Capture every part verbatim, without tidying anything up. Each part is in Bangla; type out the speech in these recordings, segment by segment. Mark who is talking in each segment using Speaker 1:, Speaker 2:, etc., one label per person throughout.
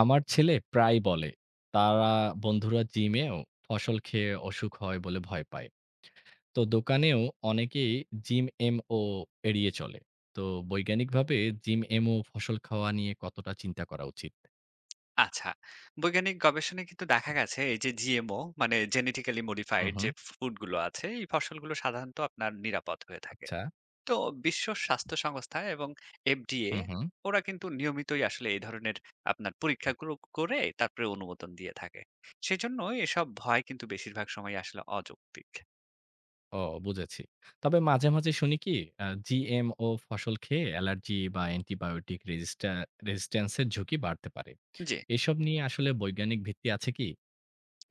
Speaker 1: আমার ছেলে প্রায় বলে, তারা বন্ধুরা জিমেও ফসল খেয়ে অসুখ হয় বলে ভয় পায়। তো দোকানেও অনেকেই জিম এমও এড়িয়ে চলে। তো বৈজ্ঞানিকভাবে জিম এমও ফসল খাওয়া নিয়ে কতটা চিন্তা করা উচিত?
Speaker 2: আচ্ছা। বৈজ্ঞানিক গবেষণায় কিন্তু দেখা গেছে এই যে জি এম ও মানে জেনেটিক্যালি
Speaker 1: হুম
Speaker 2: মডিফাইড
Speaker 1: হুম
Speaker 2: যে ফুড গুলো আছে, এই ফসলগুলো সাধারণত আপনার নিরাপদ হয়ে থাকে।
Speaker 1: আচ্ছা।
Speaker 2: তো বিশ্ব স্বাস্থ্য সংস্থা এবং এফ ডি এ
Speaker 1: হুম, হুম।
Speaker 2: ওরা কিন্তু নিয়মিতই আসলে এই ধরনের আপনার পরীক্ষাগুলো করে তারপরে অনুমোদন দিয়ে থাকে। সেজন্য এসব ভয় কিন্তু বেশিরভাগ সময় আসলে অযৌক্তিক।
Speaker 1: ও, বুঝেছি। তবে মাঝে, মাঝে শুনি কি আ জিএমও ফসল খেয়ে অ্যালার্জি বা অ্যান্টিবায়োটিক রেজিস্টা রেজিস্ট্যান্স এর ঝুঁকি বাড়তে পারে।
Speaker 2: জি।
Speaker 1: এসব নিয়ে আসলে বৈজ্ঞানিক ভিত্তি আছে কি?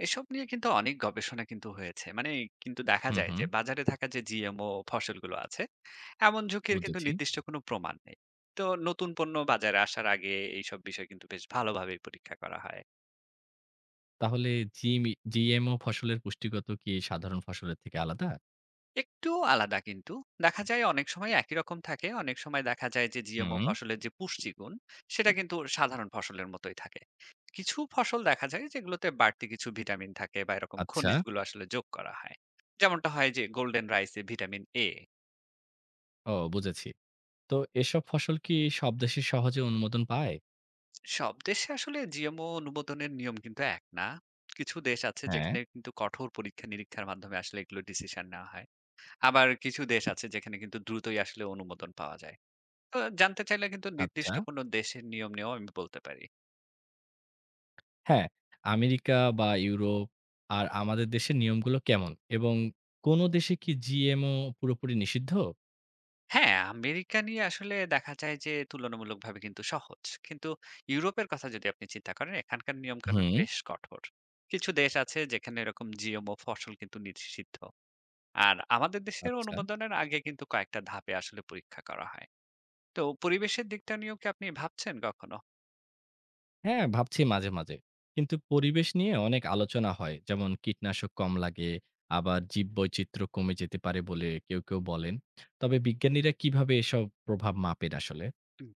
Speaker 2: এসব নিয়ে কিন্তু অনেক গবেষণা কিন্তু হয়েছে। মানে কিন্তু দেখা
Speaker 1: হুম,
Speaker 2: যায়
Speaker 1: হুম।
Speaker 2: যে বাজারে থাকা যে জি এম ও ফসলগুলো আছে, এমন ঝুঁকির কিন্তু
Speaker 1: বুঝেছি।
Speaker 2: নির্দিষ্ট কোনো প্রমাণ নেই। তো নতুন পণ্য বাজারে আসার আগে এইসব বিষয় কিন্তু বেশ ভালোভাবেই পরীক্ষা করা হয়।
Speaker 1: তাহলে জিমি জি এম ও ফসলের পুষ্টিগত কি সাধারণ ফসলের থেকে আলাদা?
Speaker 2: একটু আলাদা কিন্তু। দেখা যায় অনেক সময় একই রকম থাকে, অনেক সময় দেখা যায় যে জি এম ও
Speaker 1: হুম।
Speaker 2: ফসলের যে পুষ্টিগুণ সেটা কিন্তু সাধারণ ফসলের মতোই থাকে। কিছু ফসল দেখা যায় যেগুলোতে বাড়তি কিছু ভিটামিন থাকে বা এরকম
Speaker 1: আচ্ছা।
Speaker 2: খনিজগুলো আসলে যোগ করা হয়। যেমনটা হয় যে গোল্ডেন রাইসে ভিটামিন এ।
Speaker 1: ও, বুঝেছি। তো এসব ফসল কি সব দেশে সহজে অনুমোদন পায়?
Speaker 2: সব দেশে আসলে জিএমও অনুমোদনের নিয়ম কিন্তু এক না। কিছু দেশ আছে
Speaker 1: হ্যাঁ।
Speaker 2: যেখানে কিন্তু কঠোর পরীক্ষা নিরীক্ষার মাধ্যমে আসলে এগুলো ডিসিশন নেওয়া হয়। আবার কিছু দেশ আছে যেখানে কিন্তু দ্রুতই আসলে অনুমোদন পাওয়া যায়। তো জানতে চাইলে কিন্তু
Speaker 1: আচ্ছা।
Speaker 2: নির্দিষ্ট কোনো দেশের নিয়ম নিয়েও আমি বলতে পারি।
Speaker 1: হ্যাঁ, আমেরিকা বা ইউরোপ আর আমাদের দেশের নিয়মগুলো কেমন? এবং কোন দেশে কি জি এম ও পুরোপুরি নিষিদ্ধ?
Speaker 2: হ্যাঁ, আমেরিকা নিয়ে আসলে দেখা যায় যে তুলনামূলকভাবে কিন্তু সহজ, কিন্তু ইউরোপের কথা যদি আপনি চিন্তা করেন এখানকার নিয়ম কানুন
Speaker 1: হুম।
Speaker 2: বেশ কঠোর। কিছু দেশ আছে যেখানে এরকম জিএমও ফসল কিন্তু নিষিদ্ধ। আর আমাদের দেশের
Speaker 1: আচ্ছা।
Speaker 2: অনুমোদনের আগে কিন্তু কয়েকটা ধাপে আসলে পরীক্ষা করা হয়। তো পরিবেশের দিকটা নিয়েও কি আপনি ভাবছেন কখনো?
Speaker 1: হ্যাঁ, ভাবছি মাঝে, মাঝে। কিন্তু পরিবেশ নিয়ে অনেক আলোচনা হয়। যেমন কীটনাশক কম লাগে, আবার জীববৈচিত্র্য কমে যেতে পারে বলে কেউ, কেউ বলেন। তবে বিজ্ঞানীরা কিভাবে এসব প্রভাব মাপেন আসলে?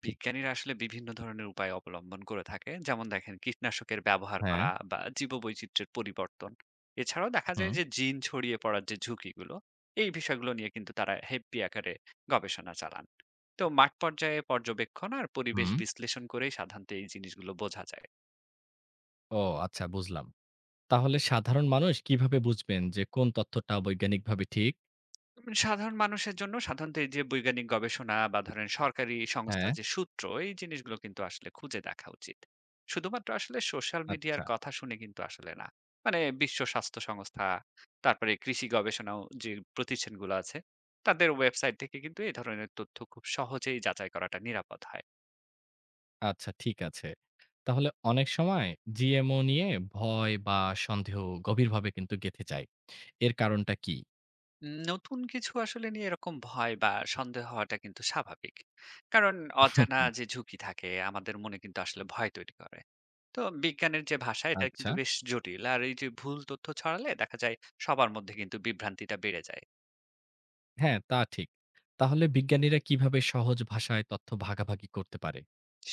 Speaker 2: বিজ্ঞানীরা আসলে বিভিন্ন ধরনের উপায় অবলম্বন করে থাকে, যেমন দেখেন কীটনাশকের ব্যবহার
Speaker 1: হ্যাঁ,
Speaker 2: করা বা জীববৈচিত্র্যের পরিবর্তন। এছাড়াও দেখা যায়
Speaker 1: হুম,
Speaker 2: যে জিন ছড়িয়ে পড়ার যে ঝুঁকিগুলো এই বিষয়গুলো নিয়ে কিন্তু তারা হেব্বি আকারে গবেষণা চালান। তো মাঠ পর্যায়ে পর্যবেক্ষণ আর পরিবেশ
Speaker 1: হুম।
Speaker 2: বিশ্লেষণ করেই সাধারণত এই জিনিসগুলো বোঝা যায়।
Speaker 1: ও, আচ্ছা, বুঝলাম। তাহলে সাধারণ মানুষ কিভাবে বুঝবেন যে কোন তথ্যটা বৈজ্ঞানিকভাবে ঠিক?
Speaker 2: উম সাধারণ মানুষের জন্য সাধারণত এই যে বৈজ্ঞানিক গবেষণা বা ধরেন সরকারি
Speaker 1: হ্যাঁ,
Speaker 2: সংস্থার যে সূত্র, এই জিনিসগুলো কিন্তু আসলে খুঁজে দেখা উচিত। শুধুমাত্র আসলে সোশ্যাল মিডিয়ার
Speaker 1: আচ্ছা,
Speaker 2: কথা শুনে কিন্তু আসলে না। মানে বিশ্ব স্বাস্থ্য সংস্থা, তারপরে কৃষি গবেষণাও যে প্রতিষ্ঠানগুলো আছে, তাদের ওয়েবসাইট থেকে কিন্তু এই ধরনের তথ্য খুব সহজেই যাচাই করাটা নিরাপদ হয়।
Speaker 1: আচ্ছা, ঠিক আছে। তাহলে অনেক সময় জি এম ও নিয়ে ভয় বা সন্দেহ গভীরভাবে কিন্তু গেঁথে যায়। এর কারণটা কি?
Speaker 2: উম নতুন কিছু আসলে নিয়ে এরকম ভয় বা সন্দেহ হওয়াটা কিন্তু স্বাভাবিক। কারণ অজানা যে ঝুঁকি থাকে আমাদের মনে কিন্তু আসলে ভয় তৈরি করে। তো বিজ্ঞানের যে ভাষা এটা
Speaker 1: আচ্ছা।
Speaker 2: কিন্তু বেশ জটিল। আর এই যে ভুল তথ্য ছড়ালে দেখা যায় সবার মধ্যে কিন্তু বিভ্রান্তিটা বেড়ে যায়।
Speaker 1: হ্যাঁ, তা ঠিক। তাহলে বিজ্ঞানীরা কিভাবে সহজ ভাষায় তথ্য ভাগাভাগি করতে পারে?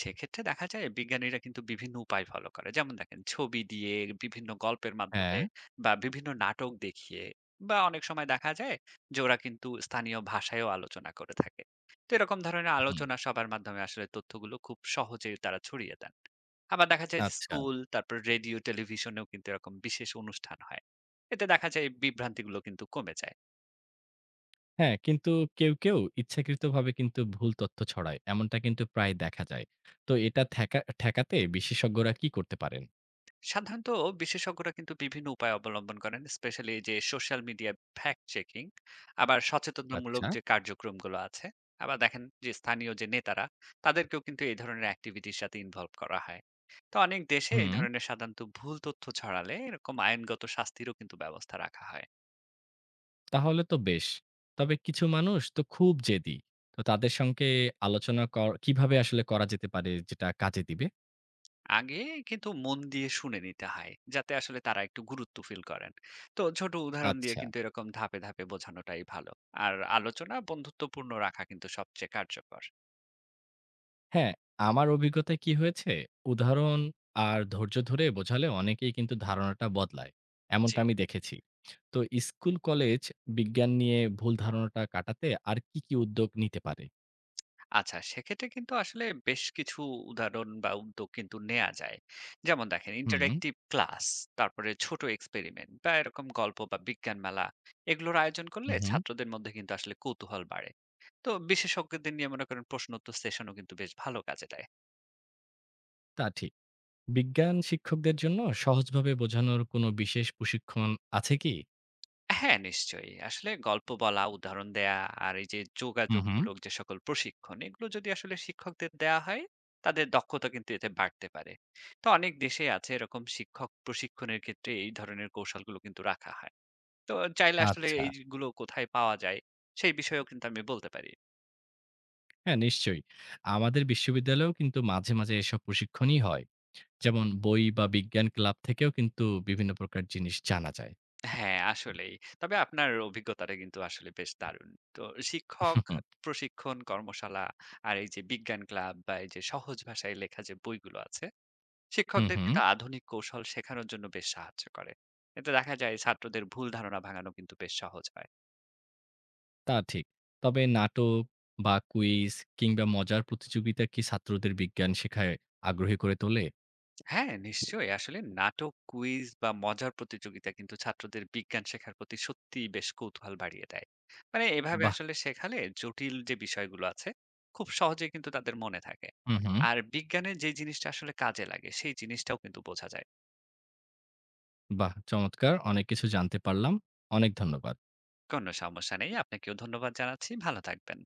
Speaker 2: সেক্ষেত্রে দেখা যায় বিজ্ঞানীরা কিন্তু বিভিন্ন উপায় ফলো করে, যেমন দেখেন ছবি দিয়ে, বিভিন্ন গল্পের মাধ্যমে,
Speaker 1: হ্যাঁ,
Speaker 2: বা বিভিন্ন নাটক দেখিয়ে, বা অনেক সময় দেখা যায় যে ওরা কিন্তু স্থানীয় ভাষায়ও আলোচনা করে থাকে। তো এরকম ধরনের
Speaker 1: হুম।
Speaker 2: আলোচনা সবার মাধ্যমে আসলে তথ্যগুলো খুব সহজেই তারা ছড়িয়ে দেন। আবার দেখা যায় যে
Speaker 1: আচ্ছা।
Speaker 2: স্কুল, তারপর রেডিও টেলিভিশনেও কিন্তু এরকম বিশেষ অনুষ্ঠান হয়। এতে দেখা যায় এই বিভ্রান্তিগুলো কিন্তু কমে যায়।
Speaker 1: হ্যাঁ, কিন্তু কেউ, কেউ ইচ্ছাকৃতভাবে কিন্তু ভুল তথ্য ছড়ায়। এমনটা কিন্তু প্রায় দেখা যায়। তো এটা ঠেকা ঠেকাতে বিশেষজ্ঞরা কি করতে পারেন?
Speaker 2: সাধারণত বিশেষজ্ঞরা কিন্তু বিভিন্ন উপায় অবলম্বন করেন, স্পেশালি যে সোশ্যাল মিডিয়া, ফ্যাক্ট চেকিং, আবার সচেতনতামূলক
Speaker 1: আচ্ছা।
Speaker 2: যে কার্যক্রমগুলো আছে। আবার দেখেন যে স্থানীয় যে নেতারা, তাদেরকেও কিন্তু এই ধরনের অ্যাক্টিভিটির সাথে ইনভলভ করা হয়। তো অনেক দেশে এই
Speaker 1: হুম,
Speaker 2: ধরনের সাধারণত ভুল তথ্য ছড়ালে এরকম আইনগত শাস্তিরও কিন্তু ব্যবস্থা রাখা হয়।
Speaker 1: তাহলে তো বেশ। তবে কিছু মানুষ তো খুব জেদি। তো তাদের সঙ্গে আলোচনা কর কিভাবে আসলে করা যেতে পারে যেটা কাজে দিবে?
Speaker 2: আগে কিন্তু মন দিয়ে শুনে নিতে হয় যাতে আসলে তারা একটু গুরুত্ব ফিল করেন। তো ছোট উদাহরণ দিয়ে
Speaker 1: আচ্ছা।
Speaker 2: কিন্তু এরকম ধাপে ধাপে বোঝানোটাই ভালো। আর আলোচনা বন্ধুত্বপূর্ণ রাখা কিন্তু সবচেয়ে কার্যকর।
Speaker 1: হ্যাঁ, আমার অভিজ্ঞতায় কি হয়েছে, উদাহরণ আর ধৈর্য ধরে বোঝালে অনেকেই কিন্তু ধারণাটা বদলায়।
Speaker 2: জি।
Speaker 1: এমনটা আমি দেখেছি। তো স্কুল, কলেজ বিজ্ঞান নিয়ে ভুল ধারণাটা কাটাতে আর কি, কি উদ্যোগ নিতে পারে?
Speaker 2: আচ্ছা, সেক্ষেত্রে কিন্তু আসলে বেশ কিছু উদাহরণ বা উদ্যোগ কিন্তু নেওয়া যায়। যেমন দেখেন
Speaker 1: হুম,
Speaker 2: ইন্টারেক্টিভ ক্লাস, তারপরে ছোট এক্সপেরিমেন্ট বা এরকম গল্প বা বিজ্ঞান মেলা, এগুলোর আয়োজন
Speaker 1: হু,
Speaker 2: করলে
Speaker 1: হুম,
Speaker 2: ছাত্রদের মধ্যে কিন্তু আসলে কৌতূহল বাড়ে। তো বিশেষজ্ঞদের নিয়ে মনে করেন প্রশ্নোত্তর সেশনও কিন্তু বেশ ভালো কাজে দেয়।
Speaker 1: তা ঠিক। বিজ্ঞান শিক্ষকদের জন্য সহজভাবে বোঝানোর কোনো বিশেষ প্রশিক্ষণ আছে কি?
Speaker 2: হ্যাঁ, নিশ্চয়ই। আসলে গল্প বলা, উদাহরণ দেয়া আর এই যে
Speaker 1: হুম, হুম,
Speaker 2: যোগাযোগমূলক যে সকল প্রশিক্ষণ, এগুলো যদি আসলে শিক্ষকদের দেয়া হয়, তাদের দক্ষতা কিন্তু এতে বাড়তে পারে। তো অনেক দেশে আছে এরকম শিক্ষক প্রশিক্ষণের ক্ষেত্রে এই ধরনের কৌশলগুলো কিন্তু রাখা হয়। তো চাইলে আসলে
Speaker 1: আচ্ছা।
Speaker 2: এইগুলো কোথায় পাওয়া যায়, সেই বিষয়েও কিন্তু আমি বলতে পারি।
Speaker 1: হ্যাঁ, নিশ্চয়ই। আমাদের বিশ্ববিদ্যালয়েও কিন্তু মাঝে, মাঝে এসব প্রশিক্ষণই হয়। যেমন বই বা বিজ্ঞান ক্লাব থেকেও কিন্তু বিভিন্ন প্রকার জিনিস জানা যায়।
Speaker 2: হ্যাঁ, আসলেই। তবে আপনার অভিজ্ঞতাটা কিন্তু আসলে বেশ দারুণ। তো শিক্ষক প্রশিক্ষণ কর্মশালা আর এই যে বিজ্ঞান ক্লাব বা এই যে সহজ ভাষায় লেখা যে বইগুলো আছে,
Speaker 1: হুম,
Speaker 2: শিক্ষকদের
Speaker 1: হুম।
Speaker 2: কিন্তু আধুনিক কৌশল শেখানোর জন্য বেশ সাহায্য করে। এতে দেখা যায় ছাত্রদের ভুল ধারণা ভাঙানো কিন্তু বেশ সহজ হয়।
Speaker 1: তা ঠিক। তবে নাটক বা কুইজ কিংবা মজার প্রতিযোগিতা কি ছাত্রদের বিজ্ঞান শেখায় আগ্রহী করে তোলে?
Speaker 2: হ্যাঁ, নিশ্চয়ই, আসলে নাটক, কুইজ বা মজার প্রতিযোগিতা কিন্তু ছাত্রদের বিজ্ঞান শেখার প্রতি সত্যিই বেশ কৌতূহল বাড়িয়ে দেয়। মানে এভাবে
Speaker 1: বাহ!
Speaker 2: আসলে শেখালে জটিল যে বিষয়গুলো আছে খুব সহজে কিন্তু তাদের মনে থাকে।
Speaker 1: হুম, হুম।
Speaker 2: আর বিজ্ঞানের যে জিনিসটা আসলে কাজে লাগে সেই জিনিসটাও কিন্তু বোঝা যায়।
Speaker 1: বাহ! চমৎকার। অনেক কিছু জানতে পারলাম। অনেক ধন্যবাদ।
Speaker 2: কোনো সমস্যা নেই। আপনাকেও ধন্যবাদ জানাচ্ছি। ভালো থাকবেন।